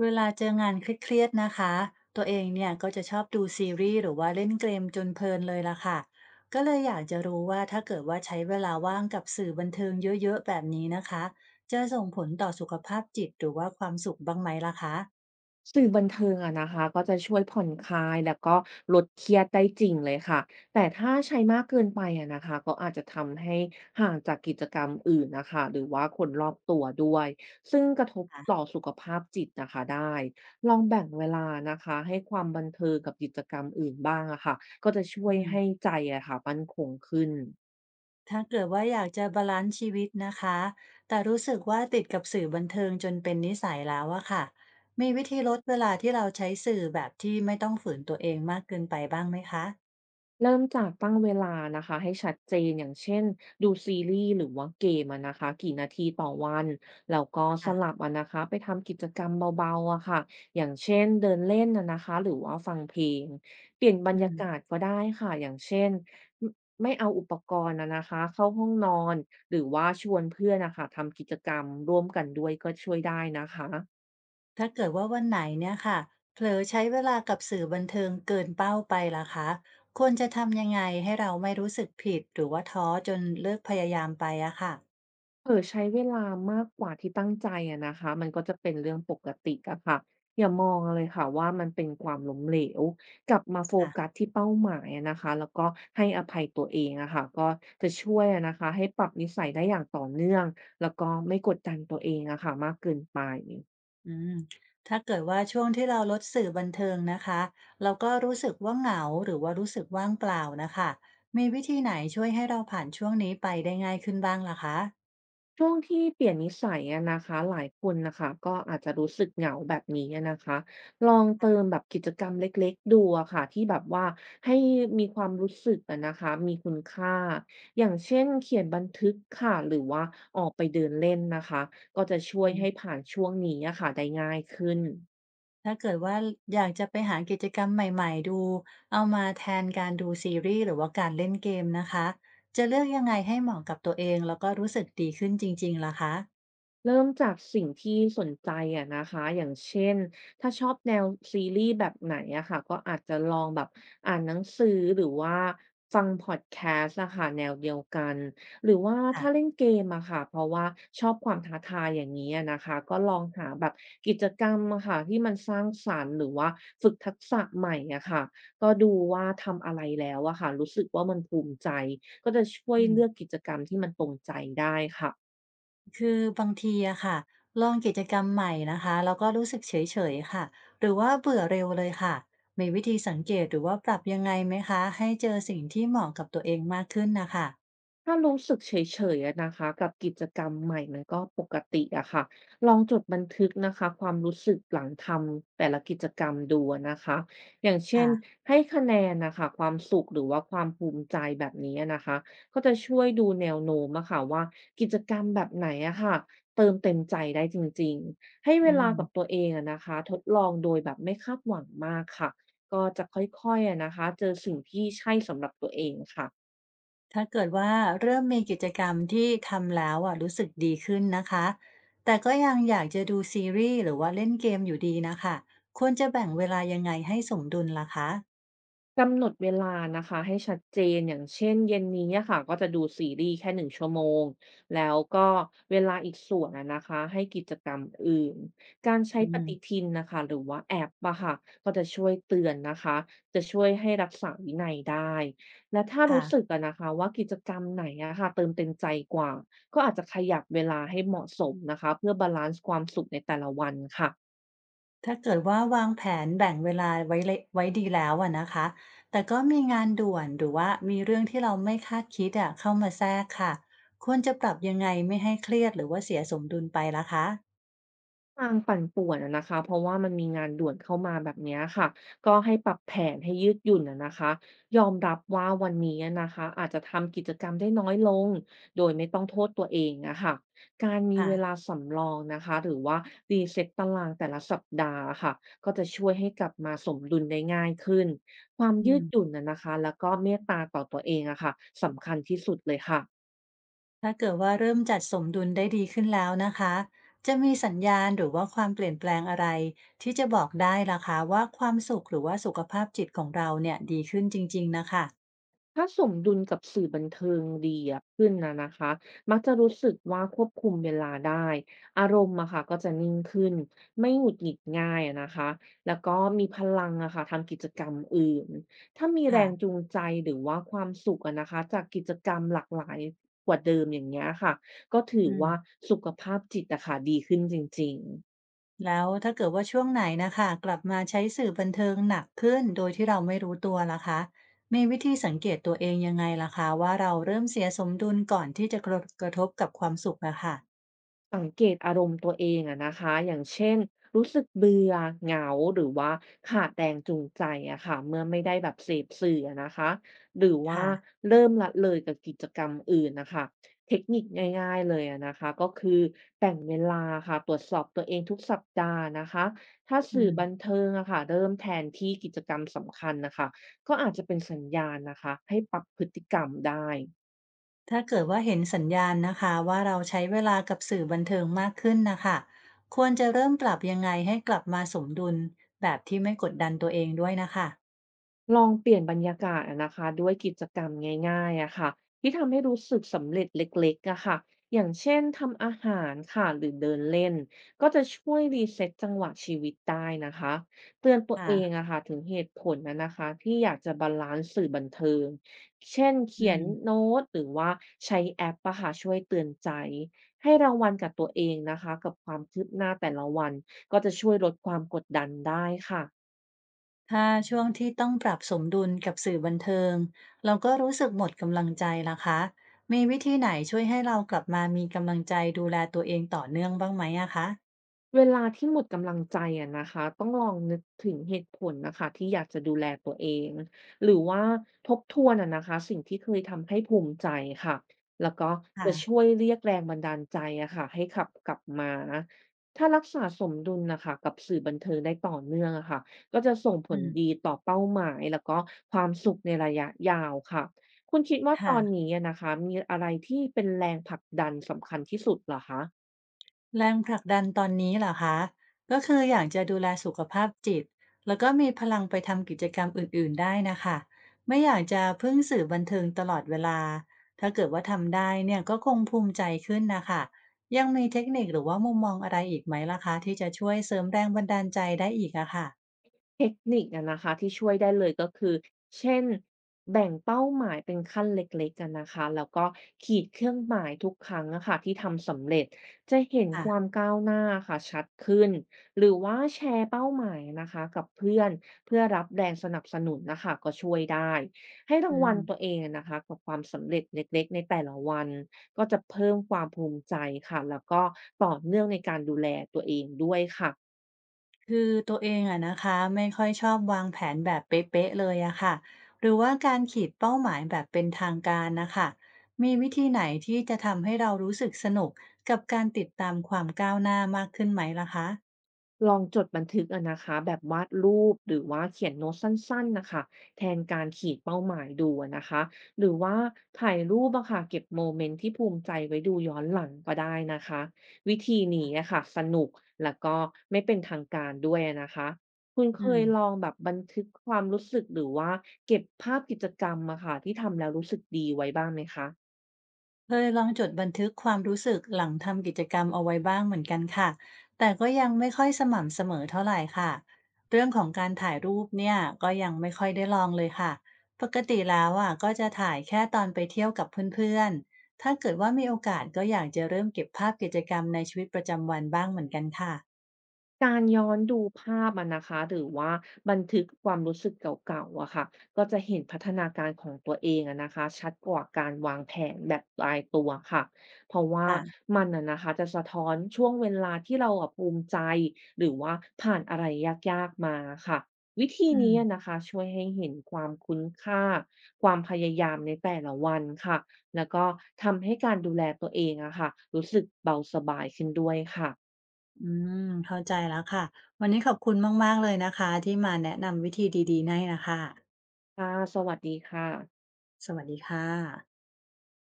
เวลาเจองานเครียดๆนะคะ ตัวเองเนี่ยก็จะชอบดูซีรีส์หรือว่าเล่นเกมจนเพลินเลยล่ะค่ะก็เลยอยากจะรู้ว่าถ้าเกิดว่าใช้เวลาว่างกับสื่อบันเทิงเยอะๆแบบนี้นะคะจะส่งผลต่อสุขภาพจิตหรือว่าความสุขบ้างไหมล่ะคะสื่อบันเทิงอะนะคะก็จะช่วยผ่อนคลายแล้วก็ลดเครียดได้จริงเลยค่ะแต่ถ้าใช้มากเกินไปอะนะคะก็อาจจะทำให้ห่างจากกิจกรรมอื่นนะคะหรือว่าคนรอบตัวด้วยซึ่งกระทบอ่ะต่อสุขภาพจิตนะคะได้ลองแบ่งเวลานะคะให้ความบันเทิงกับกิจกรรมอื่นบ้างอะค่ะก็จะช่วอืยมให้ใจอะค่ะมั่นคงขึ้น ถ้าเกิดว่าอยากจะบาลานซ์ชีวิตนะคะแต่รู้สึกว่าติดกับสื่อบันเทิงจนเป็นนิสัยแล้วอะค่ะมีวิธีลดเวลาที่เราใช้สื่อแบบที่ไม่ต้องฝืนตัวเองมากเกินไปบ้างไหมคะเริ่มจากตั้งเวลานะคะให้ชัดเจนอย่างเช่นดูซีรีส์หรือว่าเกมอะนะคะกี่นาทีต่อวันแล้วก็สลับค่ะอะนะคะไปทำกิจกรรมเบาๆอะค่ะอย่างเช่นเดินเล่นอะนะคะหรือว่าฟังเพลงเปลี่ยนบรอืรยากาศม ก็ได้ค่ะอย่างเช่นไม่ไม่เอาอุปกรณ์อะนะคะเข้าห้องนอนหรือว่าชวนเพื่อนนะคะทำกิจกรรมร่วมกันด้วยก็ช่วยได้นะคะ ถ้าเกิดว่าวันไหนเนี่ยค่ะเผลอใช้เวลากับสื่อบันเทิงเกินเป้าไปล่ะคะควรจะทำยังไงให้เราไม่รู้สึกผิดหรือว่าท้อจนเลิกพยายามไปอะค่ะเผลอใช้เวลามากกว่าที่ตั้งใจอะนะคะมันก็จะเป็นเรื่องปกติอะค่ะอย่ามองเลยค่ะว่ามันเป็นความล้มเหลวกลับมาโฟกัสค่ะที่เป้าหมายอะนะคะแล้วก็ให้อภัยตัวเองอะค่ะก็จะช่วยอะนะคะให้ปรับนิสัยได้อย่างต่อเนื่องแล้วก็ไม่กดดันตัวเองอะค่ะมากเกินไป อืมถ้าเกิดว่าช่วงที่เราลดสื่อบันเทิงนะคะเราก็รู้สึกว่าเหงาหรือว่ารู้สึกว่างเปล่านะคะมีวิธีไหนช่วยให้เราผ่านช่วงนี้ไปได้ง่ายขึ้นบ้างล่ะคะ ช่วงที่เปลี่ยนนิสัยอะนะคะหลายคนนะคะก็อาจจะรู้สึกเหงาแบบนี้อะนะคะลองเติมแบบกิจกรรมเล็กๆดูอะค่ะที่แบบว่าให้มีความรู้สึกอะนะคะมีคุณค่าอย่างเช่นเขียนบันทึกค่ะหรือว่าออกไปเดินเล่นนะคะก็จะช่วยให้ผ่านช่วงนี้อะค่ะได้ง่ายขึ้น ถ้าเกิดว่าอยากจะไปหากิจกรรมใหม่ๆดูเอามาแทนการดูซีรีส์หรือว่าการเล่นเกมนะคะจะเลือกยังไงให้เหมาะกับตัวเองแล้วก็รู้สึกดีขึ้นจริงๆล่ะคะเริ่มจากสิ่งที่สนใจอะนะคะอย่างเช่นถ้าชอบแนวซีรีส์แบบไหนอะค่ะก็อาจจะลองแบบอ่านหนังสือหรือว่าฟังพอดแคสต์อะค่ะแนวเดียวกัน หรือว่าถ้าเล่นค่ะเกมอะค่ะเพราะว่าชอบความท้าทายอย่างนี้อะนะคะก็ลองหาแบบกิจกรรมอะค่ะที่มันสร้างสรรค์หรือว่าฝึกทักษะใหม่อะค่ะก็ดูว่าทำอะไรแล้วอะค่ะรู้สึกว่ามันภูมิใจ ก็จะช่วยอืเลือกมกิจกรรมที่มันตรงใจได้ค่ะ คือบางทีอะค่ะลองกิจกรรมใหม่นะคะแล้วก็รู้สึกเฉยๆค่ะหรือว่าเบื่อเร็วเลยค่ะมีวิธีสังเกตหรือว่าปรับยังไงไหมคะให้เจอสิ่งที่เหมาะกับตัวเองมากขึ้นนะคะถ้ารู้สึกเฉยๆอะนะคะกับกิจกรรมใหม่มันก็ปกติอะค่ะลองจดบันทึกนะคะความรู้สึกหลังทำแต่ละกิจกรรมดูอะนะคะอย่างเช่นค่ะให้คะแนนนะคะความสุขหรือว่าความภูมิใจแบบนี้อะนะคะก็จะช่วยดูแนวโน้มอะค่ะว่ากิจกรรมแบบไหนอะค่ะเติมเต็มใจได้จริงๆให้เวอืลากับม ตัวเองอะนะคะทดลองโดยแบบไม่คาดหวังมากค่ะก็จะค่อยๆอะนะคะเจอสิ่งที่ใช่สำหรับตัวเองค่ะ ถ้าเกิดว่าเริ่มมีกิจกรรมที่ทำแล้วอ่ะรู้สึกดีขึ้นนะคะแต่ก็ยังอยากจะดูซีรีส์หรือว่าเล่นเกมอยู่ดีนะคะควรจะแบ่งเวลายังไงให้สมดุลล่ะคะกำหนดเวลานะคะให้ชัดเจนอย่างเช่นเย็นนี้อะค่ะก็จะดูซีรีส์แค่1ชั่วโมงแล้วก็เวลาอีกส่วนอะนะคะให้กิจกรรมอื่นการใช้อืปฏิมทินนะคะหรือว่าแอปอะค่ะก็จะช่วยเตือนนะคะจะช่วยให้รักษาวินัยได้และถ้ารู้ค่ะสึกอะนะคะว่ากิจกรรมไหนอะค่ะเติมเต็มใจกว่าก็อาจจะขยับเวลาให้เหมาะสมนะคะเพื่อบาลานซ์ความสุขในแต่ละวันค่ะ ถ้าเกิดว่าวางแผนแบ่งเวลาไว้ดีแล้วอ่ะนะคะแต่ก็มีงานด่วนหรือว่ามีเรื่องที่เราไม่คาดคิดอ่ะเข้ามาแทรกค่ะควรจะปรับยังไงไม่ให้เครียดหรือว่าเสียสมดุลไปล่ะคะทางปั่นป่วนอะนะคะเพราะว่ามันมีงานด่วนเข้ามาแบบเนี้ยค่ะก็ให้ปรับแผนให้ยืดหยุ่นอะนะคะยอมรับว่าวันนี้อะนะคะอาจจะทำกิจกรรมได้น้อยลงโดยไม่ต้องโทษตัวเองอะค่ะการมีค่ะเวลาสำรองนะคะหรือว่ารีเซ็ตตารางแต่ละสัปดาห์อค่ะก็จะช่วยให้กลับมาสมดุลได้ง่ายขึ้นความอืยืดม หยุ่นอะนะคะแล้วก็เมตตาต่อตัวเองอะค่ะสำคัญที่สุดเลยค่ะ ถ้าเกิดว่าเริ่มจัดสมดุลได้ดีขึ้นแล้วนะคะจะมีสัญญาณหรือว่าความเปลี่ยนแปลงอะไรที่จะบอกได้ล่ะคะว่าความสุขหรือว่าสุขภาพจิตของเราเนี่ยดีขึ้นจริงๆนะคะถ้าสมดุลกับสื่อบันเทิงดีอะขึ้นอะนะคะมักจะรู้สึกว่าควบคุมเวลาได้อารมณ์อะค่ะก็จะนิ่งขึ้นไม่หงุดหงิดง่ายอะนะคะแล้วก็มีพลังอะค่ะทำกิจกรรมอื่นถ้ามีแรงค่ะจูงใจหรือว่าความสุขอะนะคะจากกิจกรรมหลากหลายกว่าเดิมอย่างเงี้ยค่ะก็ถืออืมว่าสุขภาพจิตอะค่ะดีขึ้นจริงๆ แล้วถ้าเกิดว่าช่วงไหนนะคะกลับมาใช้สื่อบันเทิงหนักขึ้นโดยที่เราไม่รู้ตัวล่ะคะมีวิธีสังเกตตัวเองยังไงล่ะคะว่าเราเริ่มเสียสมดุลก่อนที่จะกระทบกับความสุขอะค่ะสังเกตอารมณ์ตัวเองอะนะคะอย่างเช่นรู้สึกเบื่อเหงาหรือว่าขาดแรงจูงใจอะค่ะเมื่อไม่ได้แบบเสพสื่ออะนะคะหรือว่าค่ะเริ่มละเลยกับกิจกรรมอื่นนะคะเทคนิคง่ายๆเลยอะนะคะก็คือแบ่งเวลาค่ะตรวจสอบตัวเองทุกสัปดาห์นะคะถ้าอืสื่อม บันเทิงอะค่ะเริ่มแทนที่กิจกรรมสำคัญนะคะก็อาจจะเป็นสัญญาณนะคะให้ปรับพฤติกรรมได้ ถ้าเกิดว่าเห็นสัญญาณนะคะว่าเราใช้เวลากับสื่อบันเทิงมากขึ้นนะคะควรจะเริ่มปรับยังไงให้กลับมาสมดุลแบบที่ไม่กดดันตัวเองด้วยนะคะลองเปลี่ยนบรรยากาศอะนะคะด้วยกิจกรรมง่ายๆอะค่ะที่ทำให้รู้สึกสำเร็จเล็กๆอะค่ะอย่างเช่นทำอาหารค่ะหรือเดินเล่นก็จะช่วยรีเซ็ตจังหวะชีวิตได้นะคะเตือนตัวเองค่ะอะค่ะถึงเหตุผลนะคะที่อยากจะบาลานซ์สื่อบันเทิงเช่นอืเขียนมโน้ตหรือว่าใช้แอปอะค่ะช่วยเตือนใจให้รางวัลกับตัวเองนะคะกับความคืบหน้าแต่ละวันก็จะช่วยลดความกดดันได้ค่ะ ถ้าช่วงที่ต้องปรับสมดุลกับสื่อบันเทิงเราก็รู้สึกหมดกำลังใจล่ะคะมีวิธีไหนช่วยให้เรากลับมามีกำลังใจดูแลตัวเองต่อเนื่องบ้างไหมอะคะเวลาที่หมดกำลังใจอะนะคะต้องลองนึกถึงเหตุผลนะคะที่อยากจะดูแลตัวเองหรือว่าทบทวนอะนะคะสิ่งที่เคยทำให้ภูมิใจค่ะแล้วก็จะช่ค่ะวยเรียกแรงบันดาลใจอะค่ะให้ขับกลับมาถ้ารักษาสมดุลนะคะกับสื่อบันเทิงได้ต่อเนื่องอะค่ะก็จะส่งผอืลดีมต่อเป้าหมายแล้วก็ความสุขในระยะยาวค่ะคุณคิดว่าตอนค่ะ นี้อะนะคะมีอะไรที่เป็นแรงผลักดันสำคัญที่สุดเหรอคะ แรงผลักดันตอนนี้เหรอคะ ก็คืออยากจะดูแลสุขภาพจิต แล้วก็มีพลังไปทำกิจกรรมอื่นๆได้นะคะ ไม่อยากจะพึ่งสื่อบันเทิงตลอดเวลา ถ้าเกิดว่าทำได้เนี่ยก็คงภูมิใจขึ้นนะคะ ยังมีเทคนิคหรือว่ามุมมองอะไรอีกไหมล่ะคะที่จะช่วยเสริมแรงบันดาลใจได้อีกอะค่ะเทคนิคอะนะคะที่ช่วยได้เลยก็คือเช่นแบ่งเป้าหมายเป็นขั้นเล็กๆกันนะคะแล้วก็ขีดเครื่องหมายทุกครั้งอะค่ะที่ทำสำเร็จจะเห็นความค่ะก้าวหน้าค่ะชัดขึ้นหรือว่าแชร์เป้าหมายนะคะกับเพื่อนเพื่อรับแรงสนับสนุนนะคะก็ช่วยได้ให้ราอืงวัลตัวม เองอะนะคะกับความสำเร็จเล็กๆในแต่ละวันก็จะเพิ่มความภูมิใจค่ะแล้วก็ต่อเนื่องในการดูแลตัวเองด้วยค่ะ คือตัวเองอะนะคะไม่ค่อยชอบวางแผนแบบเป๊ะๆเลยอะค่ะหรือว่าการขีดเป้าหมายแบบเป็นทางการนะคะมีวิธีไหนที่จะทำให้เรารู้สึกสนุกกับการติดตามความก้าวหน้ามากขึ้นไหมล่ะคะลองจดบันทึกอะนะคะแบบวาดรูปหรือว่าเขียนโน้ตสั้นๆนะคะแทนการขีดเป้าหมายดูอะนะคะหรือว่าถ่ายรูปอะค่ะเก็บโมเมนต์ที่ภูมิใจไว้ดูย้อนหลังก็ได้นะคะวิธีนี้อะค่ะสนุกแล้วก็ไม่เป็นทางการด้วยอะนะคะคุณอืเคยลอม งแบบบันทึกความรู้สึกหรือว่าเก็บภาพกิจกรรมอะค่ะที่ทำแล้วรู้สึกดีไว้บ้างไหมคะ เคยลองจดบันทึกความรู้สึกหลังทำกิจกรรมเอาไว้บ้างเหมือนกันค่ะแต่ก็ยังไม่ค่อยสม่ำเสมอเท่าไหร่ค่ะเรื่องของการถ่ายรูปเนี่ยก็ยังไม่ค่อยได้ลองเลยค่ะปกติแล้วอ่ะก็จะถ่ายแค่ตอนไปเที่ยวกับเพื่อนๆถ้าเกิดว่ามีโอกาสก็อยากจะเริ่มเก็บภาพกิจกรรมในชีวิตประจำวันบ้างเหมือนกันค่ะการย้อนดูภาพอะนะคะหรือว่าบันทึกความรู้สึกเก่าๆอะค่ะก็จะเห็นพัฒนาการของตัวเองอะนะคะชัดกว่าการวางแผนแบบตายตัวค่ะเพราะว่าค่ะมันอะนะคะจะสะท้อนช่วงเวลาที่เราอะภูมิใจหรือว่าผ่านอะไรยากๆมาค่ะวิธีอืนี้อะมนะคะช่วยให้เห็นความคุ้นค่าความพยายามในแต่ละวันค่ะแล้วก็ทำให้การดูแลตัวเองอะค่ะรู้สึกเบาสบายขึ้นด้วยค่ะอืมเข้าใจแล้วค่ะวันนี้ขอบคุณมากๆเลยนะคะที่มาแนะนำวิธีดีๆให้นะคะค่ะสวัสดีค่ะสวัสดีค่ะ